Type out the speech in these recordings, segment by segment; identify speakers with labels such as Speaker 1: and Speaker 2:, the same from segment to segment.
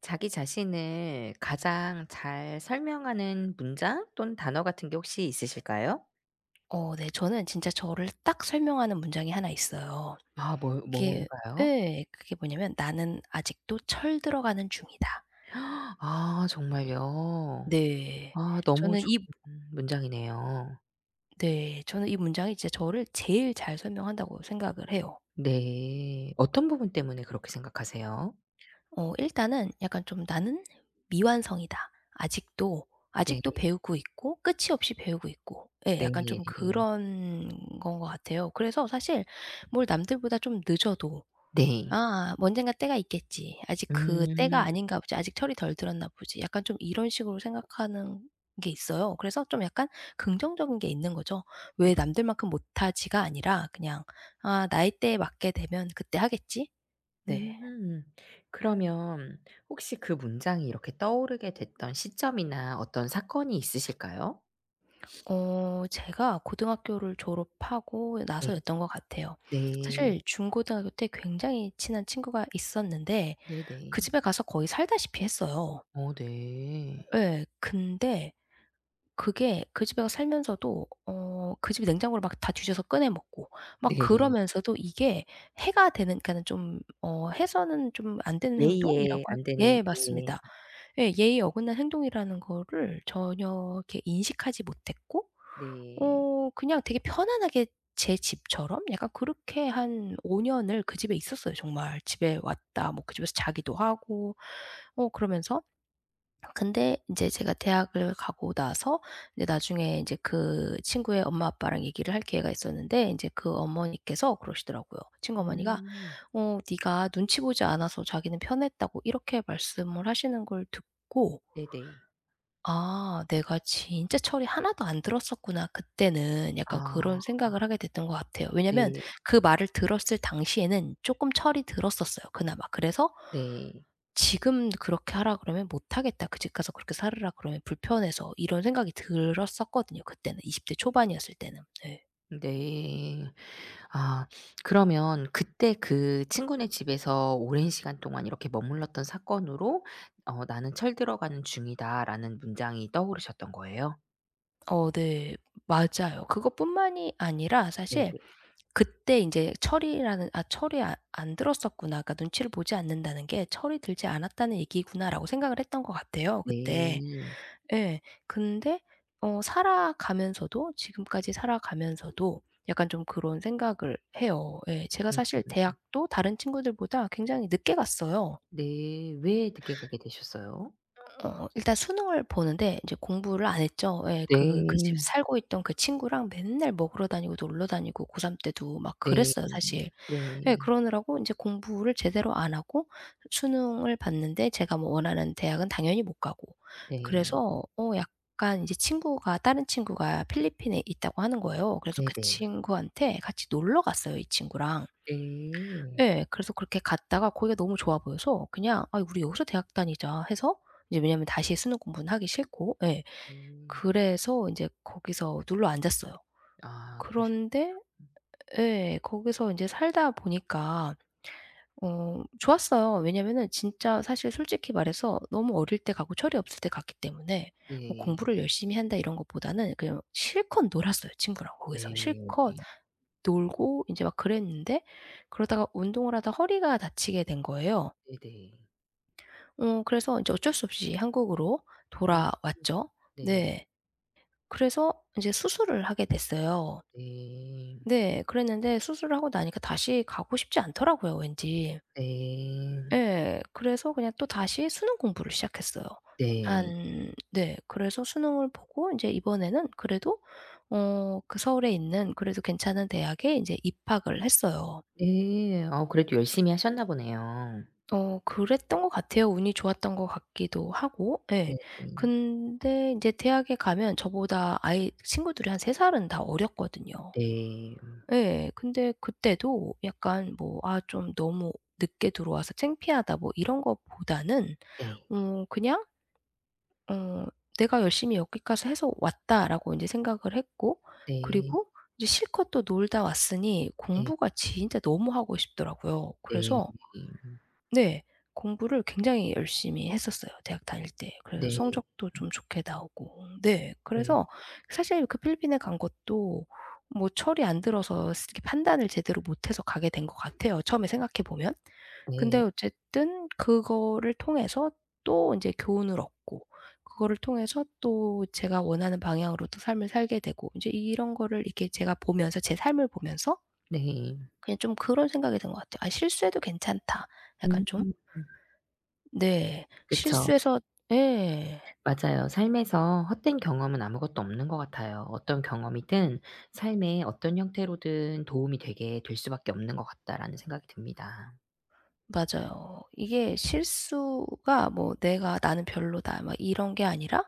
Speaker 1: 자기 자신을 가장 잘 설명하는 문장 또는 단어 같은 게 혹시 있으실까요?
Speaker 2: 어 네. 저는 진짜 저를 딱 설명하는 문장이 하나 있어요.
Speaker 1: 아 뭐
Speaker 2: 그게
Speaker 1: 뭔가요?
Speaker 2: 예. 그게 뭐냐면 "나는 아직도 철 들어가는 중이다."
Speaker 1: 아 정말요?
Speaker 2: 네.
Speaker 1: 아 너무
Speaker 2: 저는 이
Speaker 1: 좋은 문장이네요.
Speaker 2: 네. 저는 이 문장이 진짜 저를 제일 잘 설명한다고 생각을 해요.
Speaker 1: 네. 어떤 부분 때문에 그렇게 생각하세요?
Speaker 2: 어 일단은 약간 좀 "나는 미완성이다. 아직도, 아직도
Speaker 1: 네.
Speaker 2: 배우고 있고 끝이 없이 배우고 있고." 예. 약간 좀
Speaker 1: 네.
Speaker 2: 그런 건 것 같아요. 그래서 사실 뭘 남들보다 좀 늦어도
Speaker 1: 네.
Speaker 2: 아 언젠가 때가 있겠지. 아직 그 때가
Speaker 1: 음.
Speaker 2: 아닌가 보지. 아직 철이 덜 들었나 보지. 약간 좀 이런 식으로 생각하는 게 있어요. 그래서 좀 약간 긍정적인 게 있는 거죠. 왜
Speaker 1: 그쵸.
Speaker 2: 남들만큼 못하지가 아니라 그냥 '아 나이대에 맞게 되면 그때 하겠지.' 네.
Speaker 1: 음. 그러면 혹시 그 문장이 이렇게 떠오르게 됐던 시점이나 어떤 사건이 있으실까요?
Speaker 2: 어 제가 고등학교를 졸업하고
Speaker 1: 네.
Speaker 2: 나서였던 것 같아요.
Speaker 1: 네.
Speaker 2: 사실 중고등학교 때 굉장히 친한 친구가 있었는데 그
Speaker 1: 네네.
Speaker 2: 집에 가서 거의 살다시피 했어요.
Speaker 1: 어 네.
Speaker 2: 예. 근데 그게 그 집에 살면서도 어 그 집이 냉장고를 막 다 뒤져서 꺼내 먹고 막
Speaker 1: 네.
Speaker 2: 그러면서도 이게 해가 되는 그러니까는 좀 어 해서는 좀 안 되는 행동이라고
Speaker 1: 예의에
Speaker 2: 할
Speaker 1: 안 되는
Speaker 2: 예
Speaker 1: 네.
Speaker 2: 맞습니다. 예 예의에 어긋난 행동이라는 거를 전혀 이렇게 인식하지 못했고
Speaker 1: 네.
Speaker 2: 어 그냥 되게 편안하게 제 집처럼 약간 그렇게 한 5년 년을 그 집에 있었어요 정말. 집에 왔다 뭐 그 집에서 자기도 하고 어 그러면서 근데 이제 제가 대학을 가고 나서 이제 나중에 이제 그 친구의 엄마 아빠랑 얘기를 할 기회가 있었는데 이제 그 어머니께서 그러시더라고요. 친구 어머니가
Speaker 1: 음.
Speaker 2: "어 네가 눈치 보지 않아서 자기는 편했다."고 이렇게 말씀을 하시는 걸 듣고
Speaker 1: 네네.
Speaker 2: '아 내가 진짜 철이 하나도 안 들었었구나 그때는.' 약간 그런
Speaker 1: 아.
Speaker 2: 생각을 하게 됐던 것 같아요. 왜냐면
Speaker 1: 네.
Speaker 2: 그 말을 들었을 당시에는 쪼끔 철이 들었었어요 그나마. 그래서
Speaker 1: 네.
Speaker 2: 지금 그렇게 하라 그러면 못 하겠다. 그 집 가서 그렇게 살으라 그러면 불편해서 이런 생각이 들었었거든요 그때는 20대 초반이었을 때는. 네.
Speaker 1: 네. 아 그러면 그때 그 친구네 집에서 오랜 시간 동안 이렇게 머물렀던 사건으로 어 '나는 철들어가는 중이다.'라는 문장이 떠오르셨던 거예요?
Speaker 2: 어 네. 맞아요. 그것뿐만이 아니라 사실
Speaker 1: 네네.
Speaker 2: 그때 인제 철이라는 '아 철이 아 안 들었었구나. 그러니까 눈치를 보지 않는다는 게 철이 들지 않았다는 얘기구나.'라고 생각을 했던 것 같아요 그때.
Speaker 1: 네.
Speaker 2: 예. 근데 어 살아가면서도 지금까지 살아가면서도 약간 좀 그런 생각을 해요. 예. 제가
Speaker 1: 음
Speaker 2: 사실 대학도 다른 친구들보다 굉장히 늦게 갔어요.
Speaker 1: 네. 왜 늦게 가게 되셨어요?
Speaker 2: 어 일단 수능을 보는데 인제 공부를 안 했죠. 예. 그 집
Speaker 1: 네.
Speaker 2: 살고 있던 그 친구랑 맨날 먹으러 다니고 놀러 다니고 고3 때도 막
Speaker 1: 네.
Speaker 2: 그랬어요 사실. 예.
Speaker 1: 네.
Speaker 2: 그러느라고 이제 공부를 제대로 안 하고 수능을 봤는데 제가 뭐 원하는 대학은 당연히 못 가고
Speaker 1: 네.
Speaker 2: 그래서 어 약간 이제 친구가 다른 친구가 필리핀에 있다고 하는 거예요. 그래서 그
Speaker 1: 네네.
Speaker 2: 친구한테 같이 놀러 갔어요, 이 친구랑.
Speaker 1: 네.
Speaker 2: 예. 그래서 그렇게 갔다가 거기가 너무 좋아 보여서 그냥 '아 우리 여기서 대학 다니자.' 해서 이제 왜냐면 다시 수능 공부는 하기 싫고 예.
Speaker 1: 음.
Speaker 2: 그래서 인제 거기서 눌러 앉았어요.
Speaker 1: 아 그러셨
Speaker 2: 그런데 예. 거기서 인제 살다 보니까 어 좋았어요. 왜냐면은 진짜 사실 솔직히 말해서 너무 어릴 때 가고 철이 없을 때 갔기 때문에 뭐
Speaker 1: 네.
Speaker 2: 공부를 열심히 한다 이런 것보다는 그냥 실컷 놀았어요, 친구랑 거기서.
Speaker 1: 네.
Speaker 2: 실컷 놀고 인제 막 그랬는데 그러다가 운동을 하다 허리가 다치게 된 거예요.
Speaker 1: 네네.
Speaker 2: 어 그래서 인제 어쩔 수 없이 한국으로
Speaker 1: 네.
Speaker 2: 돌아왔죠.
Speaker 1: 네.
Speaker 2: 네. 그래서 인제 수술을 하게 됐어요.
Speaker 1: 네.
Speaker 2: 네. 그랬는데 수술을 하고 나니까 다시 가고 싶지 않더라고요 왠지.
Speaker 1: 네.
Speaker 2: 예. 그래서 그냥 또다시 수능 공부를 시작했어요.
Speaker 1: 네.
Speaker 2: 한 네. 그래서 수능을 보고 인제 이번에는 그래도 어 그 서울에 있는 그래도 괜찮은 대학에 인제 입학을 했어요.
Speaker 1: 네. 어 그래도 열심히 하셨나 보네요.
Speaker 2: 어 그랬던 것 같아요. 운이 좋았던 것 같기도 하고. 예.
Speaker 1: 네. 네.
Speaker 2: 근데 인제 대학에 가면 저보다 아이 친구들이 한 세 살은 다 어렸거든요.
Speaker 1: 네.
Speaker 2: 예. 근데 그때도 약간 뭐 '아 좀 너무 늦게 들어와서 창피하다.' 뭐 이런 것보다는
Speaker 1: 네.
Speaker 2: 어 그냥 어 '내가 열심히 여기까지 해서 왔다.'라고 인제 생각을 했고
Speaker 1: 네.
Speaker 2: 그리고 이제 실컷 또 놀다 왔으니
Speaker 1: 네.
Speaker 2: 공부가 진짜 너무 하고 싶더라고요.
Speaker 1: 네.
Speaker 2: 그래서 네. 공부를 굉장히 열심히 했었어요 대학 다닐 때. 그래서
Speaker 1: 네.
Speaker 2: 성적도 좀 좋게 나오고 네.
Speaker 1: 네.
Speaker 2: 그래서 사실 그 필리핀에 간 것도 뭐 철이 안 들어서 이렇게 판단을 제대로 못해서 가게 된 것 같아요 처음에 생각해 보면. 근데
Speaker 1: 네.
Speaker 2: 어쨌든 그거를 통해서 또 인제 교훈을 얻고 그거를 통해서 또 제가 원하는 방향으로 또 삶을 살게 되고 인제 이런 거를 이렇게 제가 보면서 제 삶을 보면서
Speaker 1: 네.
Speaker 2: 그냥 좀 그런 생각이 든 것 같아요. '아 실수해도 괜찮다.' 약간
Speaker 1: 음.
Speaker 2: 좀. 네.
Speaker 1: 그쵸.
Speaker 2: 실수해서 예.
Speaker 1: 맞아요. 삶에서 헛된 경험은 아무것도 없는 것 같아요. 어떤 경험이든 삶의 어떤 형태로든 도움이 되게 될 수밖에 없는 것 같다라는 생각이 듭니다.
Speaker 2: 맞아요. 이게 실수가 뭐 '내가 나는 별로다.' 막 이런 게 아니라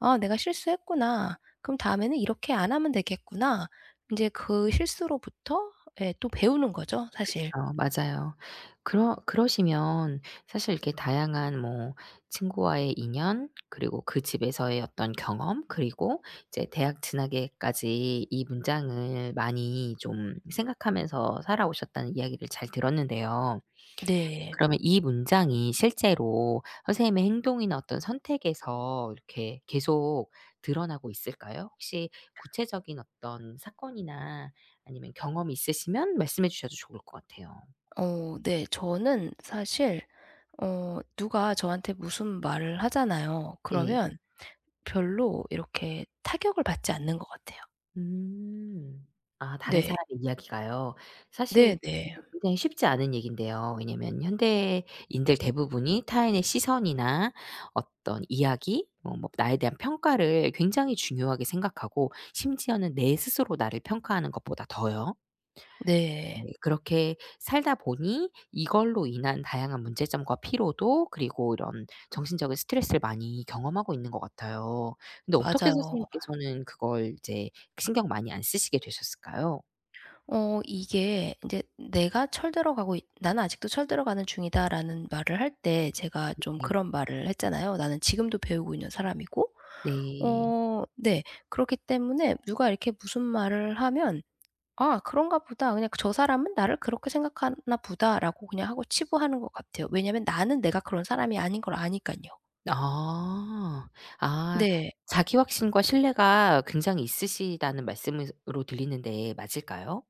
Speaker 2: '아 내가 실수했구나. 그럼 다음에는 이렇게 안 하면 되겠구나.' 인제 그 실수로부터 예 또 배우는 거죠 사실.
Speaker 1: 어 맞아요. 그러시면 사실 이렇게 다양한 뭐 친구와의 인연 그리고 그 집에서의 어떤 경험 그리고 이제 대학 진학에까지 이 문장을 많이 좀 생각하면서 살아오셨다는 이야기를 잘 들었는데요.
Speaker 2: 네.
Speaker 1: 그러면 이 문장이 실제로 선생님의 행동이나 어떤 선택에서 이렇게 계속 드러나고 있을까요? 혹시 구체적인 어떤 사건이나 아니면 경험이 있으시면 말씀해 주셔도 좋을 것 같아요.
Speaker 2: 어 네. 저는 사실 어 누가 저한테 무슨 말을 하잖아요.
Speaker 1: 네.
Speaker 2: 그러면 별로 이렇게 타격을 받지 않는 것 같아요.
Speaker 1: 음. 아 다른
Speaker 2: 네.
Speaker 1: 사람의 이야기가요. 사실
Speaker 2: 네네.
Speaker 1: 이게 굉장히 쉽지 않은 얘기인데요. 왜냐면 현대인들 대부분이 타인의 시선이나 어떤 이야기 뭐 나에 대한 평가를 굉장히 중요하게 생각하고 심지어는 내 스스로 나를 평가하는 것보다 더요.
Speaker 2: 네.
Speaker 1: 네. 그렇게 살다 보니 이걸로 인한 다양한 문제점과 피로도 그리고 이런 정신적인 스트레스를 많이 경험하고 있는 것 같아요. 근데 어떻게
Speaker 2: 맞아요.
Speaker 1: 선생님께서는 그걸 이제 신경 많이 안 쓰시게 되셨을까요?
Speaker 2: 어 이게 이제 내가 철들어가고 있 "나는 아직도 철들어가는 중이다."라는 말을 할 때 제가 좀
Speaker 1: 네.
Speaker 2: 그런 말을 했잖아요. "나는 지금도 배우고 있는 사람이고"
Speaker 1: 네.
Speaker 2: 어 네. 그렇기 때문에 누가 이렇게 무슨 말을 하면 '아 그런가 보다. 그냥 저 사람은 나를 그렇게 생각하나 보다.'라고 그냥 하고 치부하는 것 같아요. 왜냐면 나는 내가 그런 사람이 아닌 걸 아니깐요.
Speaker 1: 아. 아
Speaker 2: 네.
Speaker 1: 자기 확신과 신뢰가 굉장히 있으시다는 말씀으로 들리는데 맞을까요?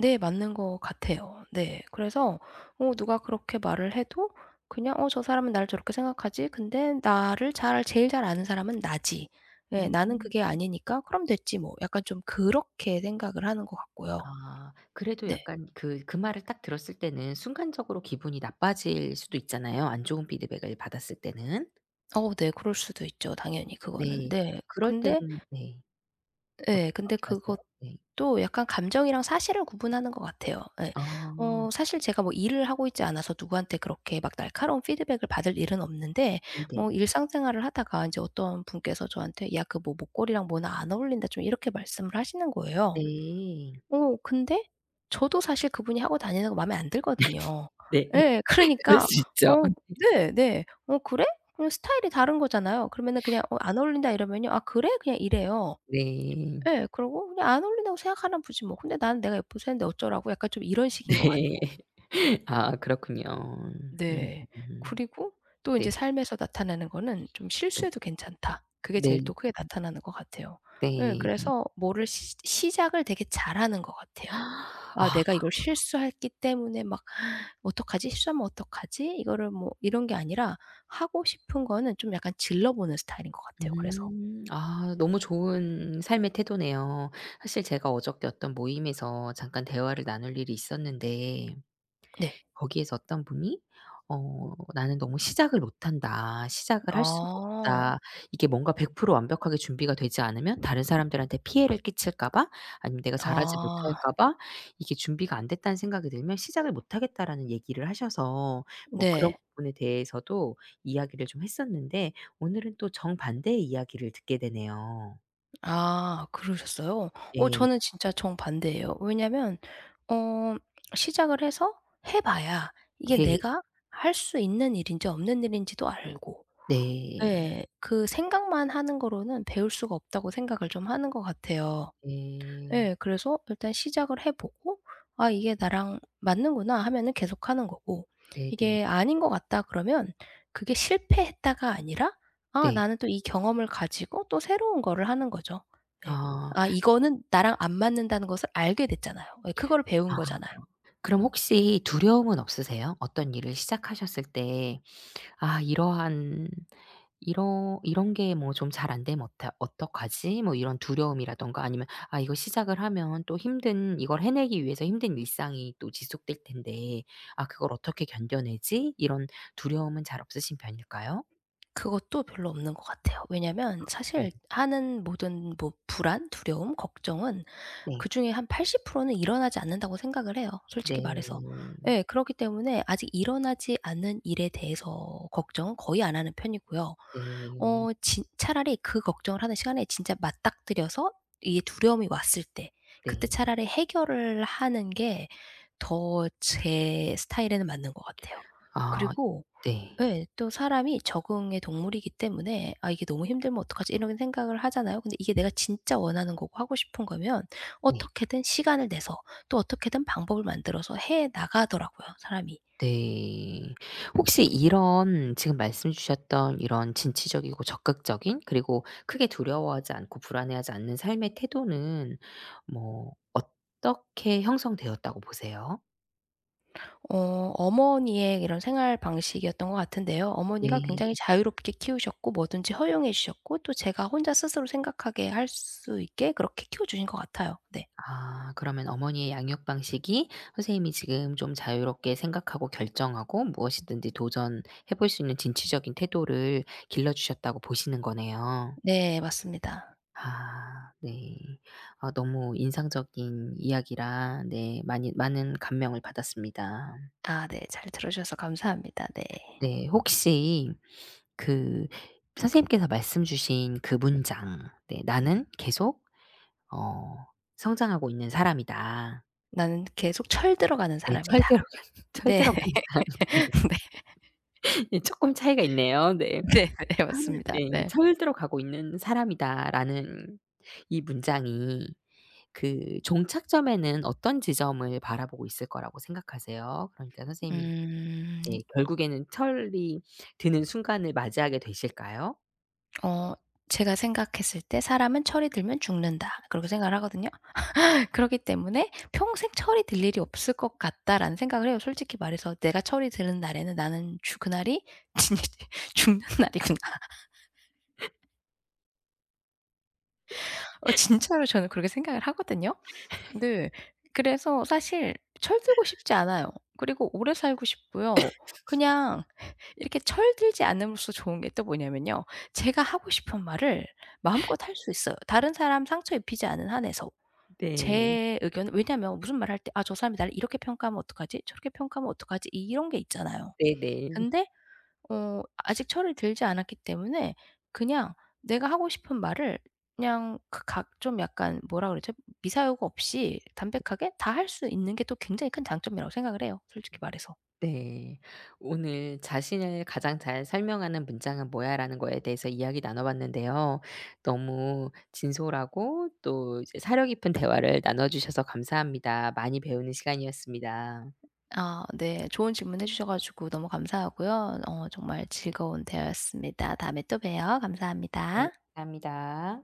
Speaker 2: 네. 맞는 것 같아요. 네. 그래서 어 누가 그렇게 말을 해도 그냥 '어 저 사람은 나를 저렇게 생각하지. 근데 나를 잘 제일 잘 아는 사람은 나지. 예.
Speaker 1: 음.
Speaker 2: 나는 그게 아니니까 그럼 됐지 뭐.' 약간 좀 그렇게 생각을 하는 것 같고요.
Speaker 1: 아 그래도
Speaker 2: 네.
Speaker 1: 약간 그 말을 딱 들었을 때는 순간적으로 기분이 나빠질 수도 있잖아요, 안 좋은 피드백을 받았을 때는.
Speaker 2: 어 네. 그럴 수도 있죠 당연히 그거는.
Speaker 1: 네.
Speaker 2: 네.
Speaker 1: 그럴
Speaker 2: 근데
Speaker 1: 때는 네. 어떻게
Speaker 2: 예. 근데
Speaker 1: 하세요? 네.
Speaker 2: 그것도 약간 감정이랑 사실을 구분하는 것 같아요. 예.
Speaker 1: 아
Speaker 2: 어 사실 제가 뭐 일을 하고 있지 않아서 누구한테 그렇게 막 날카로운 피드백을 받을 일은 없는데
Speaker 1: 네네.
Speaker 2: 뭐 일상생활을 하다가 인제 어떤 분께서 저한테 "야 그 뭐 목걸이랑 뭐는 안 어울린다." 좀 이렇게 말씀을 하시는 거예요.
Speaker 1: 네.
Speaker 2: 어 근데 저도 사실 그분이 하고 다니는 거 마음에 안 들거든요.
Speaker 1: 네.
Speaker 2: 예.
Speaker 1: 그럴
Speaker 2: 그러니까
Speaker 1: 수 있죠.
Speaker 2: 어 네 네. "어 그래? 그럼 스타일이 다른 거잖아요." 그러면은 그냥 "어 안 어울린다." 이러면요. "아 그래?" 그냥 이래요.
Speaker 1: 네.
Speaker 2: 예. 그러고 그냥 안 어울린다고 생각하나 보지 뭐. 근데 나는 내가 예뻐서 했는데 어쩌라고 약간 좀 이런
Speaker 1: 네.
Speaker 2: 식인 것 같아요.
Speaker 1: 아 그렇군요. 음.
Speaker 2: 네.
Speaker 1: 음,
Speaker 2: 그리고 또 인제
Speaker 1: 네.
Speaker 2: 삶에서 나타나는 거는 좀
Speaker 1: 네.
Speaker 2: '실수해도 괜찮다.' 그게 제일 또
Speaker 1: 네.
Speaker 2: 크게 나타나는 것 같아요. 예.
Speaker 1: 네.
Speaker 2: 그래서 뭐를 시 시작을 되게 잘하는 것 같아요. '아
Speaker 1: 아
Speaker 2: 내가 이걸 실수했기 때문에 막 어떡하지? 실수하면 어떡하지?' 이거를 뭐 이런 게 아니라 하고 싶은 거는 좀 약간 질러보는 스타일인 것 같아요 그래서.
Speaker 1: 아 너무 좋은 삶의 태도네요. 사실 제가 어저께 어떤 모임에서 잠깐 대화를 나눌 일이 있었는데
Speaker 2: 네.
Speaker 1: 거기에서 어떤 분이 어 "나는 너무 시작을 못한다. 시작을 할 수가
Speaker 2: 아.
Speaker 1: 없다. 이게 뭔가 100% 완벽하게 준비가 되지 않으면 다른 사람들한테 피해를 끼칠까 봐 아니면 내가 잘하지
Speaker 2: 아.
Speaker 1: 못할까 봐 이게 준비가 안 됐다는 생각이 들면 시작을 못하겠다."라는 얘기를 하셔서 뭐 그런
Speaker 2: 네.
Speaker 1: 부분에 대해서도 이야기를 좀 했었는데 오늘은 또 정반대의 이야기를 듣게 되네요.
Speaker 2: 아 그러셨어요? 어
Speaker 1: 네.
Speaker 2: 저는 진짜 정반대예요. 왜냐면 어 시작을 해서 해 봐야 이게
Speaker 1: 네.
Speaker 2: 내가 할 수 있는 일인지 없는 일인지도 알고
Speaker 1: 네.
Speaker 2: 예. 그 생각만 하는 거로는 배울 수가 없다고 생각을 좀 하는 것 같아요.
Speaker 1: 네.
Speaker 2: 예. 그래서 일단 시작을 해 보고 '아 이게 나랑 맞는구나.' 하면은 계속하는 거고
Speaker 1: 네네.
Speaker 2: 이게 '아닌 것 같다.' 그러면 그게 실패했다가 아니라 '아
Speaker 1: 네.
Speaker 2: 나는 또 이 경험을 가지고 또 새로운 거를 하는 거죠. 네.
Speaker 1: 아.
Speaker 2: 아 이거는 나랑 안 맞는다는 것을 알게 됐잖아요. 예 그거를 배운
Speaker 1: 아.
Speaker 2: 거잖아요.
Speaker 1: 그럼 혹시 두려움은 없으세요? 어떤 일을 시작하셨을 때 '아 이러한 이러 이런 게 뭐 좀 잘 안 되면 어떡하지?' 뭐 이런 두려움이라든가 아니면 '아 이거 시작을 하면 또 힘든 이걸 해내기 위해서 힘든 일상이 또 지속될 텐데 아 그걸 어떻게 견뎌내지?' 이런 두려움은 잘 없으신 편일까요?
Speaker 2: 그것도 별로 없는 것 같아요. 왜냐면 사실
Speaker 1: 네.
Speaker 2: 하는 모든 뭐 불안, 두려움, 걱정은
Speaker 1: 네.
Speaker 2: 그중에 한 80%는 일어나지 않는다고 생각을 해요
Speaker 1: 네.
Speaker 2: 솔직히 말해서. 예. 그렇기 때문에 아직 일어나지 않은 일에 대해서 걱정은 거의 안 하는 편이고요.
Speaker 1: 네.
Speaker 2: 어 진 차라리 그 걱정을 하는 시간에 진짜 맞닥뜨려서 이 두려움이 왔을 때 그때
Speaker 1: 네.
Speaker 2: 차라리 해결을 하는 게 더 제 스타일에는 맞는 것 같아요.
Speaker 1: 아
Speaker 2: 그리고
Speaker 1: 네.
Speaker 2: 예. 또 사람이 적응의 동물이기 때문에 '아 이게 너무 힘들면 어떡하지?' 이런 생각을 하잖아요. 근데 이게 내가 진짜 원하는 거고 하고 싶은 거면
Speaker 1: 네.
Speaker 2: 어떻게든 시간을 내서 또 어떻게든 방법을 만들어서 해 나가더라고요 사람이.
Speaker 1: 네. 혹시 이런 지금 말씀 주셨던 이런 진취적이고 적극적인 그리고 크게 두려워하지 않고 불안해하지 않는 삶의 태도는 뭐 어떻게 형성되었다고 보세요?
Speaker 2: 어 어머니의 이런 생활 방식이었던 것 같은데요. 어머니가
Speaker 1: 네.
Speaker 2: 굉장히 자유롭게 키우셨고 뭐든지 허용해 주셨고 또 제가 혼자 스스로 생각하게 할 수 있게 그렇게 키워 주신 것 같아요. 네.
Speaker 1: 아 그러면 어머니의 양육 방식이 선생님이 지금 좀 자유롭게 생각하고 결정하고 무엇이든지 도전해 볼 수 있는 진취적인 태도를 길러 주셨다고 보시는 거네요.
Speaker 2: 네 맞습니다.
Speaker 1: 아 네. 아 너무 인상적인 이야기라 네 많이 많은 감명을 받았습니다.
Speaker 2: 아 네. 잘 들어 주셔서 감사합니다. 네.
Speaker 1: 네 혹시 그 선생님께서 말씀 주신 그 문장 네 "나는 계속 어 성장하고 있는 사람이다."
Speaker 2: 나는 계속 철들어가는
Speaker 1: 네
Speaker 2: 사람이다.
Speaker 1: 철대로 간
Speaker 2: 네.
Speaker 1: 철대로 가는 사람이다.
Speaker 2: 네.
Speaker 1: 네, 조금 차이가 있네요. 네.
Speaker 2: 네네.
Speaker 1: 철
Speaker 2: 맞습니다.
Speaker 1: 네
Speaker 2: 네.
Speaker 1: '철대로 가고 있는 사람이다.'라는 이 문장이 그 종착점에는 어떤 지점을 바라보고 있을 거라고 생각하세요? 그러니까 선생님이
Speaker 2: 음.
Speaker 1: 네 결국에는 철이 드는 순간을 맞이하게 되실까요?
Speaker 2: 어 제가 생각했을 때 '사람은 철이 들면 죽는다.' 그렇게 생각을 하거든요. 그렇기 때문에 '평생 철이 들 일이 없을 것 같다.'라는 생각을 해요. 솔직히 말해서 '내가 철이 드는 날에는 나는 죽 그날이 진짜 죽는 날이구나.' 어 진짜로 저는 그렇게 생각을 하거든요. 네. 그래서 사실 철들고 싶지 않아요. 그리고 오래 살고 싶고요. 그냥 이렇게 철들지 않음으로써 좋은 게 또 뭐냐면요. 제가 하고 싶은 말을 마음껏 할 수 있어요. 다른 사람 상처 입히지 않은 한에서.
Speaker 1: 네.
Speaker 2: 제 의견은 왜냐면 무슨 말할 때 '아 저 사람이 나를 이렇게 평가하면 어떡하지? 저렇게 평가하면 어떡하지?' 이런 게 있잖아요.
Speaker 1: 네네.
Speaker 2: 근데 어 아직 철이 들지 않았기 때문에 그냥 내가 하고 싶은 말을 그냥 그 각 좀 약간 뭐라 그러죠? 미사여구 없이 담백하게 다 할 수 있는 게 또 굉장히 큰 장점이라고 생각을 해요, 솔직히 말해서.
Speaker 1: 네. 오늘 "자신을 가장 잘 설명하는 문장은 뭐야?"라는 거에 대해서 이야기 나눠 봤는데요. 너무 진솔하고 또 이제 사려 깊은 대화를 나눠 주셔서 감사합니다. 많이 배우는 시간이었습니다.
Speaker 2: 아 네. 좋은 질문해 주셔 가지고 너무 감사하고요. 어 정말 즐거운 대화였습니다. 다음에 또 봬요.
Speaker 1: 네.
Speaker 2: 감사합니다.
Speaker 1: 감사합니다.